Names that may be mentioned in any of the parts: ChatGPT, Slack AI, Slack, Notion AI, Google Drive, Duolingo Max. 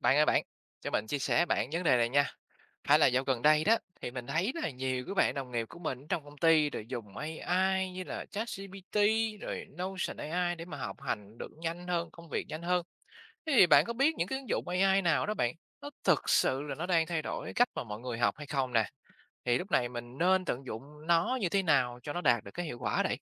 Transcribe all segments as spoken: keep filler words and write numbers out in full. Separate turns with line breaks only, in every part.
Bạn ơi bạn, cho mình chia sẻ bạn vấn đề này nha. Phải là dạo gần đây đó thì mình thấy là nhiều các bạn đồng nghiệp của mình trong công ty rồi dùng a i như là ChatGPT rồi Notion a i để mà học hành được nhanh hơn, công việc nhanh hơn. Thế thì bạn có biết những cái ứng dụng a i nào đó bạn, nó thực sự là nó đang thay đổi cái cách mà mọi người học hay không nè? Thì lúc này mình nên tận dụng nó như thế nào cho nó đạt được cái hiệu quả đấy?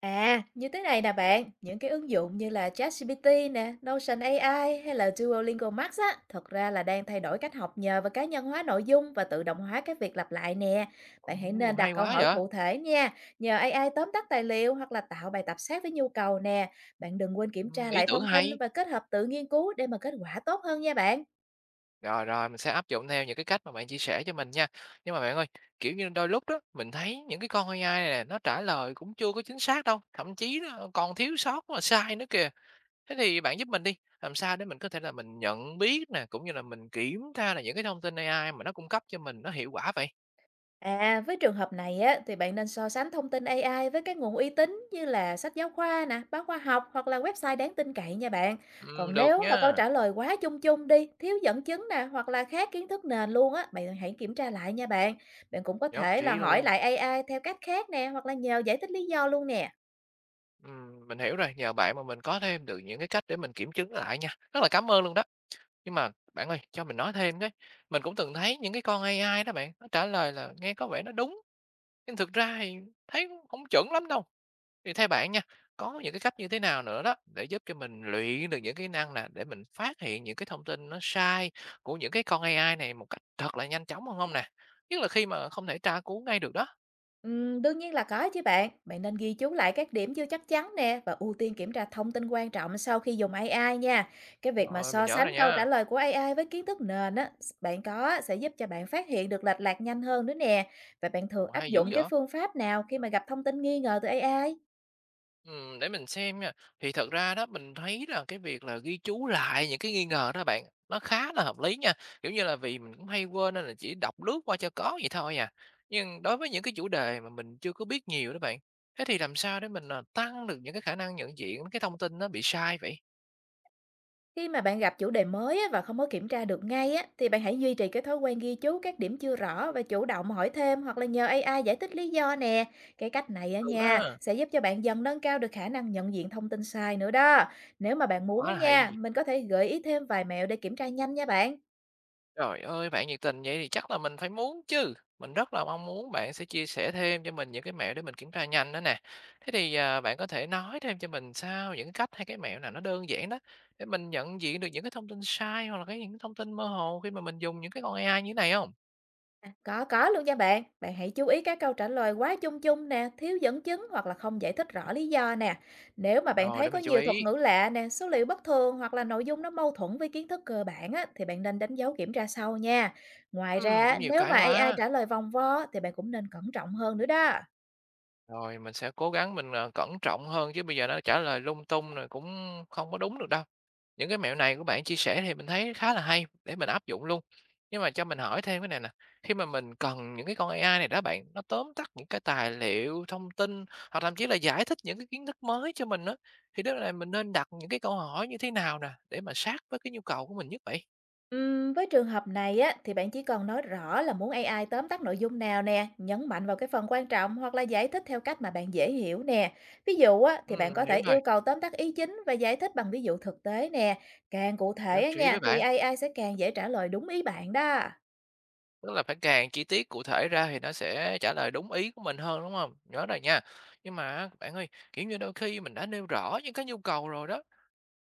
À, như thế này nè bạn, những cái ứng dụng như là ChatGPT nè, Notion a i hay là Duolingo Max á, thật ra là đang thay đổi cách học nhờ vào cá nhân hóa nội dung và tự động hóa cái việc lặp lại nè. Bạn hãy
Ồ,
nên đặt
hay
câu
quá
hỏi
vậy.
cụ thể nha, nhờ a i tóm tắt tài liệu hoặc là tạo bài tập sát với nhu cầu nè. Bạn đừng quên kiểm
Ừ,
tra
ý
lại
tưởng
thông tin
hay.
và kết hợp tự nghiên cứu để mà kết quả tốt hơn nha bạn.
Rồi, rồi, mình sẽ áp dụng theo những cái cách mà bạn chia sẻ cho mình nha. Nhưng mà bạn ơi, kiểu như, đôi lúc đó, mình thấy những cái con a i này nè, nó trả lời cũng chưa có chính xác đâu, thậm chí nó còn thiếu sót mà sai nữa kìa. Thế thì bạn giúp mình đi, làm sao để mình có thể là mình nhận biết nè, cũng như là mình kiểm tra là những cái thông tin a i mà nó cung cấp cho mình nó hiệu quả vậy?
À, với trường hợp này á, thì bạn nên so sánh thông tin a i với các nguồn uy tín như là sách giáo khoa nè, báo khoa học hoặc là website đáng tin cậy nha bạn.
Ừm,
Còn
được
nếu mà câu
nha,
trả lời quá chung chung đi, thiếu dẫn chứng nè hoặc là khác kiến thức nền luôn á, bạn hãy kiểm tra lại nha bạn. Bạn cũng có
nhất
thể là
trí
hỏi
luôn.
lại a i theo cách khác nè hoặc là nhờ giải thích lý do luôn nè.
Ừm, mình hiểu rồi, nhờ bạn mà mình có thêm được những cái cách để mình kiểm chứng lại nha. Rất là cảm ơn luôn đó. Nhưng mà bạn ơi, cho mình nói thêm với, mình cũng từng thấy những cái con a i đó bạn, nó trả lời là nghe có vẻ nó đúng, nhưng thực ra thì thấy cũng hổng chuẩn lắm đâu. Thì theo bạn nha, có những cái cách như thế nào nữa đó để giúp cho mình luyện được những kỹ năng nè, để mình phát hiện những cái thông tin nó sai của những cái con a i này một cách thật là nhanh chóng hơn không nè? Nhất là khi mà không thể tra cứu ngay được đó.
Ừm, đương nhiên là có chứ bạn. Bạn nên ghi chú lại các điểm chưa chắc chắn nè và ưu tiên kiểm tra thông tin quan trọng sau khi dùng a i nha. Cái việc mà
Rồi,
so
mình nhớ
sánh
rồi
câu trả
nha.
lời của a i với kiến thức nền á, bạn có sẽ giúp cho bạn phát hiện được lệch lạc nhanh hơn nữa nè. Và bạn thường
Ồ,
áp
hay dữ
dụng cái
vậy!
phương pháp nào khi mà gặp thông tin nghi ngờ từ a i?
Ừm, để mình xem nha. Thì thật ra đó, mình thấy là cái việc là ghi chú lại những cái nghi ngờ đó bạn, nó khá là hợp lý nha. Kiểu như là, vì mình cũng hay quên nên là chỉ đọc lướt qua cho có vậy thôi à. Nhưng đối với những cái chủ đề mà mình chưa có biết nhiều đó bạn, thế thì làm sao để mình, à, tăng được những cái khả năng nhận diện cái thông tin nó bị sai vậy?
Khi mà bạn gặp chủ đề mới á và không có kiểm tra được ngay á, thì bạn hãy duy trì cái thói quen ghi chú các điểm chưa rõ và chủ động hỏi thêm hoặc là nhờ a i giải thích lý do nè. Cái cách này á
Được đó
nha
ha,
sẽ giúp cho bạn dần nâng cao được khả năng nhận diện thông tin sai nữa đó. Nếu mà bạn muốn á
quá là
nha,
hay!
mình có thể gợi ý thêm vài mẹo để kiểm tra nhanh nha bạn.
Trời ơi, bạn nhiệt tình vậy thì chắc là mình phải muốn chứ. Mình rất là mong muốn bạn sẽ chia sẻ thêm cho mình những cái mẹo để mình kiểm tra nhanh đó nè. Thế thì, à, bạn có thể nói thêm cho mình sao những cái cách hay cái mẹo nào nó đơn giản đó, để mình nhận diện được những cái thông tin sai hoặc là cái những cái thông tin mơ hồ khi mà mình dùng những cái con a i như thế này không?
À, có, có luôn nha bạn. Bạn hãy chú ý các câu trả lời quá chung chung nè, thiếu dẫn chứng hoặc là không giải thích rõ lý do nè. Nếu mà bạn
Rồi,
thấy
để
có
mình chú
nhiều
ý.
thuật ngữ lạ nè, số liệu bất thường hoặc là nội dung nó mâu thuẫn với kiến thức cơ bản á, thì bạn nên đánh dấu kiểm tra sau nha. Ngoài
Ừm,
ra,
cũng nhiều
nếu
cái
mà a i
quá.
trả lời vòng vo thì bạn cũng nên cẩn trọng hơn nữa đó.
Rồi, mình sẽ cố gắng mình, ờ, cẩn trọng hơn chứ bây giờ nó trả lời lung tung rồi cũng không có đúng được đâu. Những cái mẹo này của bạn chia sẻ thì mình thấy khá là hay để mình áp dụng luôn. Nhưng mà cho mình hỏi thêm cái này nè, khi mà mình cần những cái con a i này đó bạn, nó tóm tắt những cái tài liệu, thông tin hoặc thậm chí là giải thích những cái kiến thức mới cho mình đó thì lúc này mình nên đặt những cái câu hỏi như thế nào nè để mà sát với cái nhu cầu của mình nhất vậy?
Ừm, với trường hợp này á, thì bạn chỉ cần nói rõ là muốn a i tóm tắt nội dung nào nè, nhấn mạnh vào cái phần quan trọng hoặc là giải thích theo cách mà bạn dễ hiểu nè. Ví dụ á, thì bạn
Ừm,
có
hiểu
thể
rồi,
yêu cầu tóm tắt ý chính và giải thích bằng ví dụ thực tế nè. Càng cụ thể
nhất
á
trí
nha,
với
thì
bạn.
a i sẽ càng dễ trả lời đúng ý bạn đó.
Tức là phải càng chi tiết cụ thể ra thì nó sẽ trả lời đúng ý của mình hơn, đúng không? Nhớ rồi nha. Nhưng mà bạn ơi, kiểu như, đôi khi mình đã nêu rõ những cái nhu cầu rồi đó,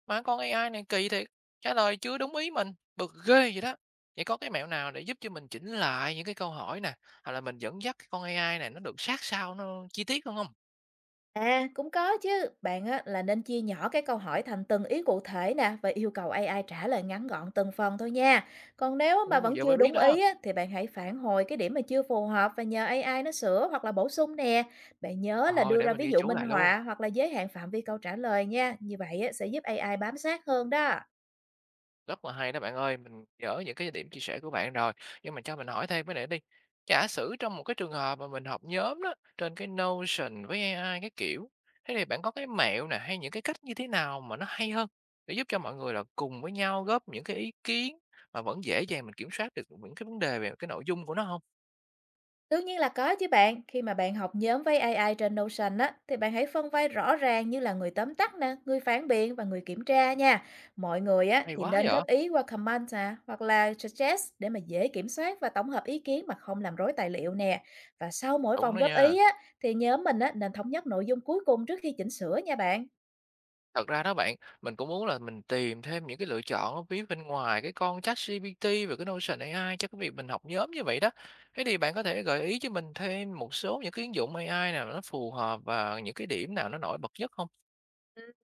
mà con a i này kỳ thiệt, trả lời chưa đúng ý mình, bực ghê vậy đó. Vậy có cái mẹo nào để giúp cho mình chỉnh lại những cái câu hỏi nè, hoặc là mình dẫn dắt cái con a i này nó được sát sao, nó chi tiết hơn hông?
À, cũng có chứ. Bạn á, là nên chia nhỏ cái câu hỏi thành từng ý cụ thể nè và yêu cầu a i trả lời ngắn gọn từng phần thôi nha. Còn nếu mà
Ồ,
vẫn
giờ mới
chưa
biết
đúng
đó,
ý á, thì bạn hãy phản hồi cái điểm mà chưa phù hợp và nhờ a i nó sửa hoặc là bổ sung nè. Bạn nhớ là
rồi
đưa
để
ra
mình
ví
ghi
dụ
chú
minh
lại luôn.
họa hoặc là giới hạn phạm vi câu trả lời nha. Như vậy á, sẽ giúp a i bám sát hơn đó.
Rất là hay đó bạn ơi, mình nhớ những cái điểm chia sẻ của bạn rồi, nhưng mà cho mình hỏi thêm cái này đi. Giả sử trong một cái trường hợp mà mình học nhóm đó, trên cái Notion với a i cái kiểu, thế thì bạn có cái mẹo nè hay những cái cách như thế nào mà nó hay hơn để giúp cho mọi người là cùng với nhau góp những cái ý kiến mà vẫn dễ dàng mình kiểm soát được những cái vấn đề về cái nội dung của nó không?
Đương nhiên là có chứ bạn, khi mà bạn học nhóm với ây ai trên Notion á, thì bạn hãy phân vai rõ ràng như là người tóm tắt nè, người phản biện và người kiểm tra nha. Mọi người á,
Hay
thì
quá
nên
vậy!
góp ý qua comment nè, hoặc là suggest để mà dễ kiểm soát và tổng hợp ý kiến mà không làm rối tài liệu nè. Và sau mỗi
Đúng
vòng
đó
góp ý
nha.
á, thì nhóm mình á, nên thống nhất nội dung cuối cùng trước khi chỉnh sửa nha bạn.
Thật ra đó bạn, mình cũng muốn là mình tìm thêm những cái lựa chọn ở phía bên ngoài cái con ChatGPT và cái Notion a i cho cái việc mình học nhóm như vậy đó. Thế thì bạn có thể gợi ý cho mình thêm một số những cái ứng dụng a i nào nó phù hợp và những cái điểm nào nó nổi bật nhất không?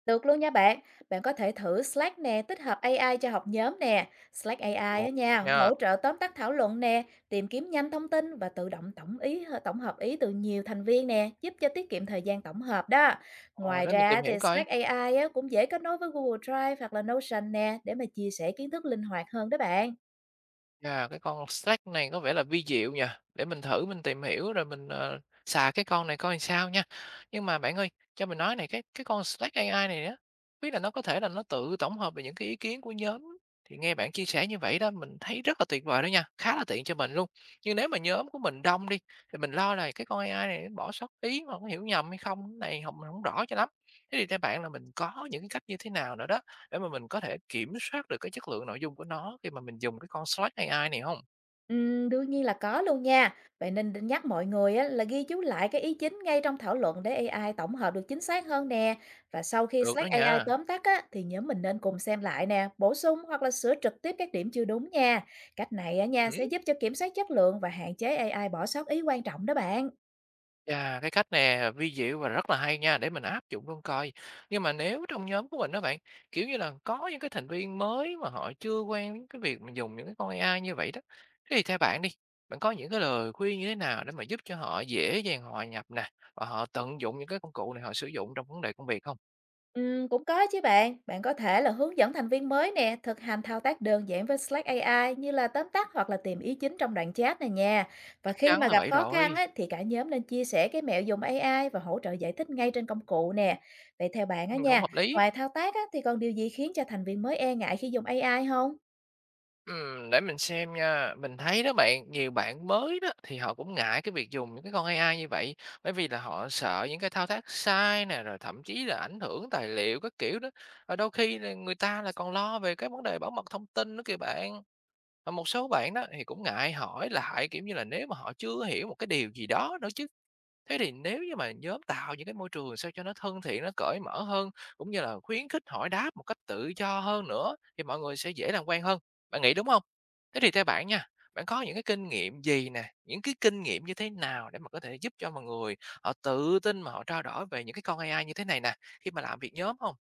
Được luôn nha bạn. Bạn có thể thử Slack nè, tích hợp a i cho học nhóm nè. Slack a i
Ồ.
á nha,
Nha.
hỗ trợ tóm tắt thảo luận nè, tìm kiếm nhanh thông tin và tự động tổng ý ờ, tổng hợp ý từ nhiều thành viên nè, giúp cho tiết kiệm thời gian tổng hợp đó.
Ồ,
Ngoài
để mình
ra
tìm hiểu
thì
coi.
Slack a i á, cũng dễ kết nối với Google Drive hoặc là Notion nè để mà chia sẻ kiến thức linh hoạt hơn đó bạn.
Chà, cái con Slack này có vẻ là vi diệu nhỉ? Để mình thử mình tìm hiểu rồi mình, ờ, xài cái con này coi sao nha. Nhưng mà bạn ơi, cho mình nói này, cái cái con Slack a i này á, biết là nó có thể là nó tự tổng hợp về những cái ý kiến của nhóm, thì nghe bạn chia sẻ như vậy đó, mình thấy rất là tuyệt vời đó nha, khá là tiện cho mình luôn. Nhưng nếu mà nhóm của mình đông đi, thì mình lo là cái con a i này nó bỏ sót ý mà có hiểu nhầm hay không, cái này hông mình hổng rõ cho lắm. Thế thì theo bạn là mình có những cái cách như thế nào nữa đó để mà mình có thể kiểm soát được cái chất lượng nội dung của nó khi mà mình dùng cái con Slack a i này không?
Ừm, đương nhiên là có luôn nha. Vậy nên định nhắc mọi người á, là ghi chú lại cái ý chính ngay trong thảo luận để a i tổng hợp được chính xác hơn nè. Và sau khi
Được đó
Slack a i
nha.
tóm tắt á, thì nhóm mình nên cùng xem lại nè, bổ sung hoặc là sửa trực tiếp các điểm chưa đúng nha. Cách này á nha
Ừm.
sẽ giúp cho kiểm soát chất lượng và hạn chế a i bỏ sót ý quan trọng đó bạn.
Chà, cái cách nè vi diệu và rất là hay nha, để mình áp dụng luôn coi. Nhưng mà nếu trong nhóm của mình đó bạn, kiểu như là, có những cái thành viên mới mà họ chưa quen với cái việc mà dùng những cái con a i như vậy đó, thế thì theo bạn đi, bạn có những cái lời khuyên như thế nào để mà giúp cho họ dễ dàng hòa nhập nè, và họ tận dụng những cái công cụ này họ sử dụng trong vấn đề công việc không?
Ừm, cũng có chứ bạn. Bạn có thể là hướng dẫn thành viên mới nè, thực hành thao tác đơn giản với Slack a i như là tóm tắt hoặc là tìm ý chính trong đoạn chat này nha. Và
Chắc
khi
chắn
mà
là
gặp
vậy
khó khăn
rồi,
á, thì cả nhóm nên chia sẻ cái mẹo dùng a i và hỗ trợ giải thích ngay trên công cụ nè. Vậy theo bạn á
ừm, hổng
nha,
hợp lý.
ngoài thao tác á, thì còn điều gì khiến cho thành viên mới e ngại khi dùng a i không?
Ừm, để mình xem nha. Mình thấy đó bạn, nhiều bạn mới đó thì họ cũng ngại cái việc dùng những cái con a i như vậy, bởi vì là họ sợ những cái thao tác sai nè, rồi thậm chí là ảnh hưởng tài liệu các kiểu đó. Và đôi khi là người ta là còn lo về cái vấn đề bảo mật thông tin nữa kìa bạn. Và một số bạn đó thì cũng ngại hỏi lại kiểu như là nếu mà họ chưa hiểu một cái điều gì đó nữa chứ. Thế thì nếu như mà nhóm tạo những cái môi trường sao cho nó thân thiện, nó cởi mở hơn cũng như là khuyến khích hỏi đáp một cách tự do hơn nữa thì mọi người sẽ dễ làm quen hơn, bạn nghĩ đúng không? Thế thì theo bạn nha, bạn có những cái kinh nghiệm gì nè, những cái kinh nghiệm như thế nào để mà có thể giúp cho mọi người họ tự tin mà họ trao đổi về những cái con a i như thế này nè, khi mà làm việc nhóm không?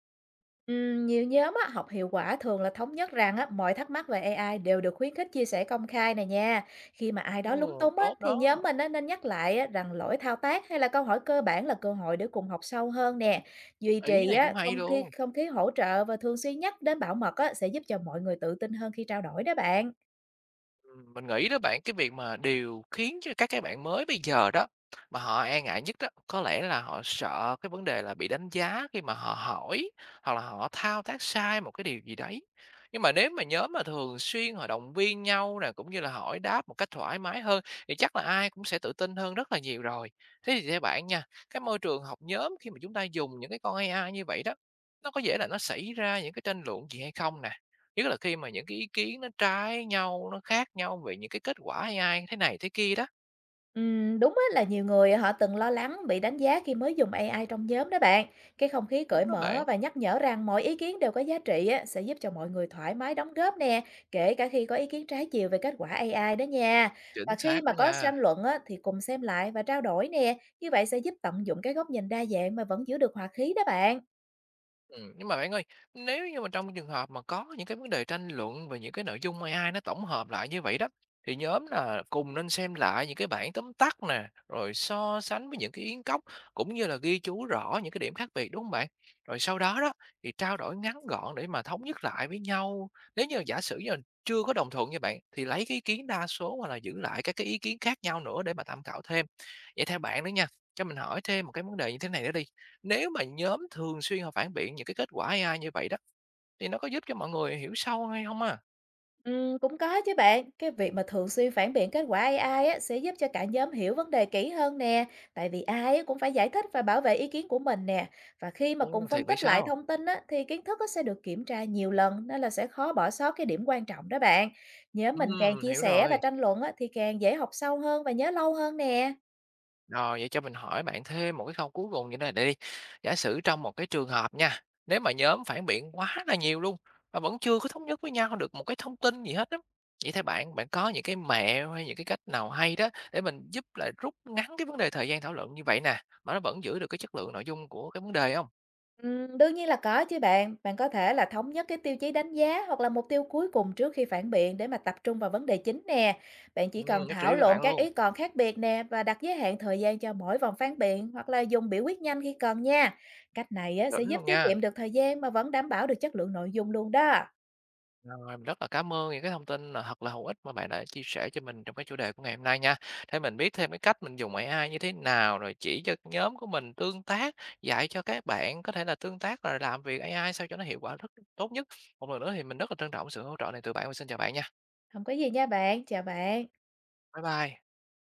Ừm, nhiều nhóm á, học hiệu quả thường là thống nhất rằng á, mọi thắc mắc về a i đều được khuyến khích chia sẻ công khai này nha. Khi mà ai đó lúng
Ồ,
túng á,
tốt
thì nhóm
đó,
mình á, nên nhắc lại á, rằng lỗi thao tác hay là câu hỏi cơ bản là cơ hội để cùng học sâu hơn nè. Duy
ý
trì
này
á,
cũng hay
không khí
luôn.
không khí hỗ trợ và thường xuyên nhắc đến bảo mật á, sẽ giúp cho mọi người tự tin hơn khi trao đổi đó bạn.
Ừm, mình nghĩ đó bạn, cái việc mà điều khiến cho các cái bạn mới bây giờ đó, mà họ e ngại nhất đó, có lẽ là họ sợ cái vấn đề là bị đánh giá khi mà họ hỏi, hoặc là họ thao tác sai một cái điều gì đấy. Nhưng mà nếu mà nhóm mà thường xuyên họ động viên nhau nè, cũng như là hỏi đáp một cách thoải mái hơn, thì chắc là ai cũng sẽ tự tin hơn rất là nhiều rồi. Thế thì theo bạn nha, cái môi trường học nhóm khi mà chúng ta dùng những cái con a i như vậy đó, nó có dễ là nó xảy ra những cái tranh luận gì hay không nè? Nhất là khi mà những cái ý kiến nó trái nhau, nó khác nhau về những cái kết quả a i thế này thế kia đó.
Ừm, đúng á, là nhiều người họ từng lo lắng bị đánh giá khi mới dùng a i trong nhóm đó bạn. Cái không khí cởi
Đúng đó
mở
bạn,
và nhắc nhở rằng mọi ý kiến đều có giá trị á, sẽ giúp cho mọi người thoải mái đóng góp nè, kể cả khi có ý kiến trái chiều về kết quả a i đó nha. Và
chính
khi
xác
mà
đó
có
nha.
tranh luận á, thì cùng xem lại và trao đổi nè, như vậy sẽ giúp tận dụng cái góc nhìn đa dạng mà vẫn giữ được hòa khí đó bạn.
Ừm, nhưng mà bạn ơi, nếu như mà trong trường hợp mà có những cái vấn đề tranh luận về những cái nội dung a i nó tổng hợp lại như vậy đó, thì nhóm là cùng nên xem lại những cái bản tóm tắt nè, rồi so sánh với những cái yến cốc cũng như là ghi chú rõ những cái điểm khác biệt, đúng không bạn? Rồi sau đó đó, thì trao đổi ngắn gọn để mà thống nhất lại với nhau. Nếu như giả sử như là chưa có đồng thuận như bạn, thì lấy cái ý kiến đa số hoặc là giữ lại các cái ý kiến khác nhau nữa để mà tham khảo thêm. Vậy theo bạn nữa nha, cho mình hỏi thêm một cái vấn đề như thế này nữa đi, nếu mà nhóm thường xuyên họ phản biện những cái kết quả a i như vậy đó, thì nó có giúp cho mọi người hiểu sâu hay không à?
Ừm, cũng có chứ bạn. Cái việc mà thường xuyên phản biện kết quả a i á, sẽ giúp cho cả nhóm hiểu vấn đề kỹ hơn nè. Tại vì ai á cũng phải giải thích và bảo vệ ý kiến của mình nè. Và khi mà cùng
Ồ,
phân
thiệt vậy
tích lại
sao?
thông tin á, thì kiến thức á, sẽ được kiểm tra nhiều lần nên là sẽ khó bỏ sót cái điểm quan trọng đó bạn. Nhớ mình càng
Ừm,
chia
hiểu
sẻ và
rồi.
tranh luận á, thì càng dễ học sâu hơn và nhớ lâu hơn nè.
Rồi, vậy cho mình hỏi bạn thêm một cái câu cuối cùng như thế này đi. Giả sử trong một cái trường hợp nha, nếu mà nhóm phản biện quá là nhiều luôn, mà vẫn chưa có thống nhất với nhau được một cái thông tin gì hết á, vậy theo bạn, bạn có những cái mẹo hay những cái cách nào hay đó để mình giúp là rút ngắn cái vấn đề thời gian thảo luận như vậy nè, mà nó vẫn giữ được cái chất lượng nội dung của cái vấn đề không?
Ừm, đương nhiên là có chứ bạn. Bạn có thể là thống nhất cái tiêu chí đánh giá hoặc là mục tiêu cuối cùng trước khi phản biện để mà tập trung vào vấn đề chính nè. Bạn chỉ
Ừm,
cần
nhất
thảo
trí với
luận
bạn
các
luôn,
ý còn khác biệt nè và đặt giới hạn thời gian cho mỗi vòng phản biện hoặc là dùng biểu quyết nhanh khi cần nha. Cách này á, sẽ
đỉnh
giúp
luôn
tiết
nha.
kiệm được thời gian mà vẫn đảm bảo được chất lượng nội dung luôn đó.
Rồi, mình rất là cảm ơn những cái thông tin là thật là hữu ích mà bạn đã chia sẻ cho mình trong cái chủ đề của ngày hôm nay nha. Để mình biết thêm cái cách mình dùng a i như thế nào, rồi chỉ cho nhóm của mình tương tác, dạy cho các bạn có thể là tương tác rồi làm việc a i sao cho nó hiệu quả rất tốt nhất. Một lần nữa thì mình rất là trân trọng sự hỗ trợ này từ bạn. Mình xin chào bạn nha.
Không có gì nha bạn. Chào bạn.
Bye bye.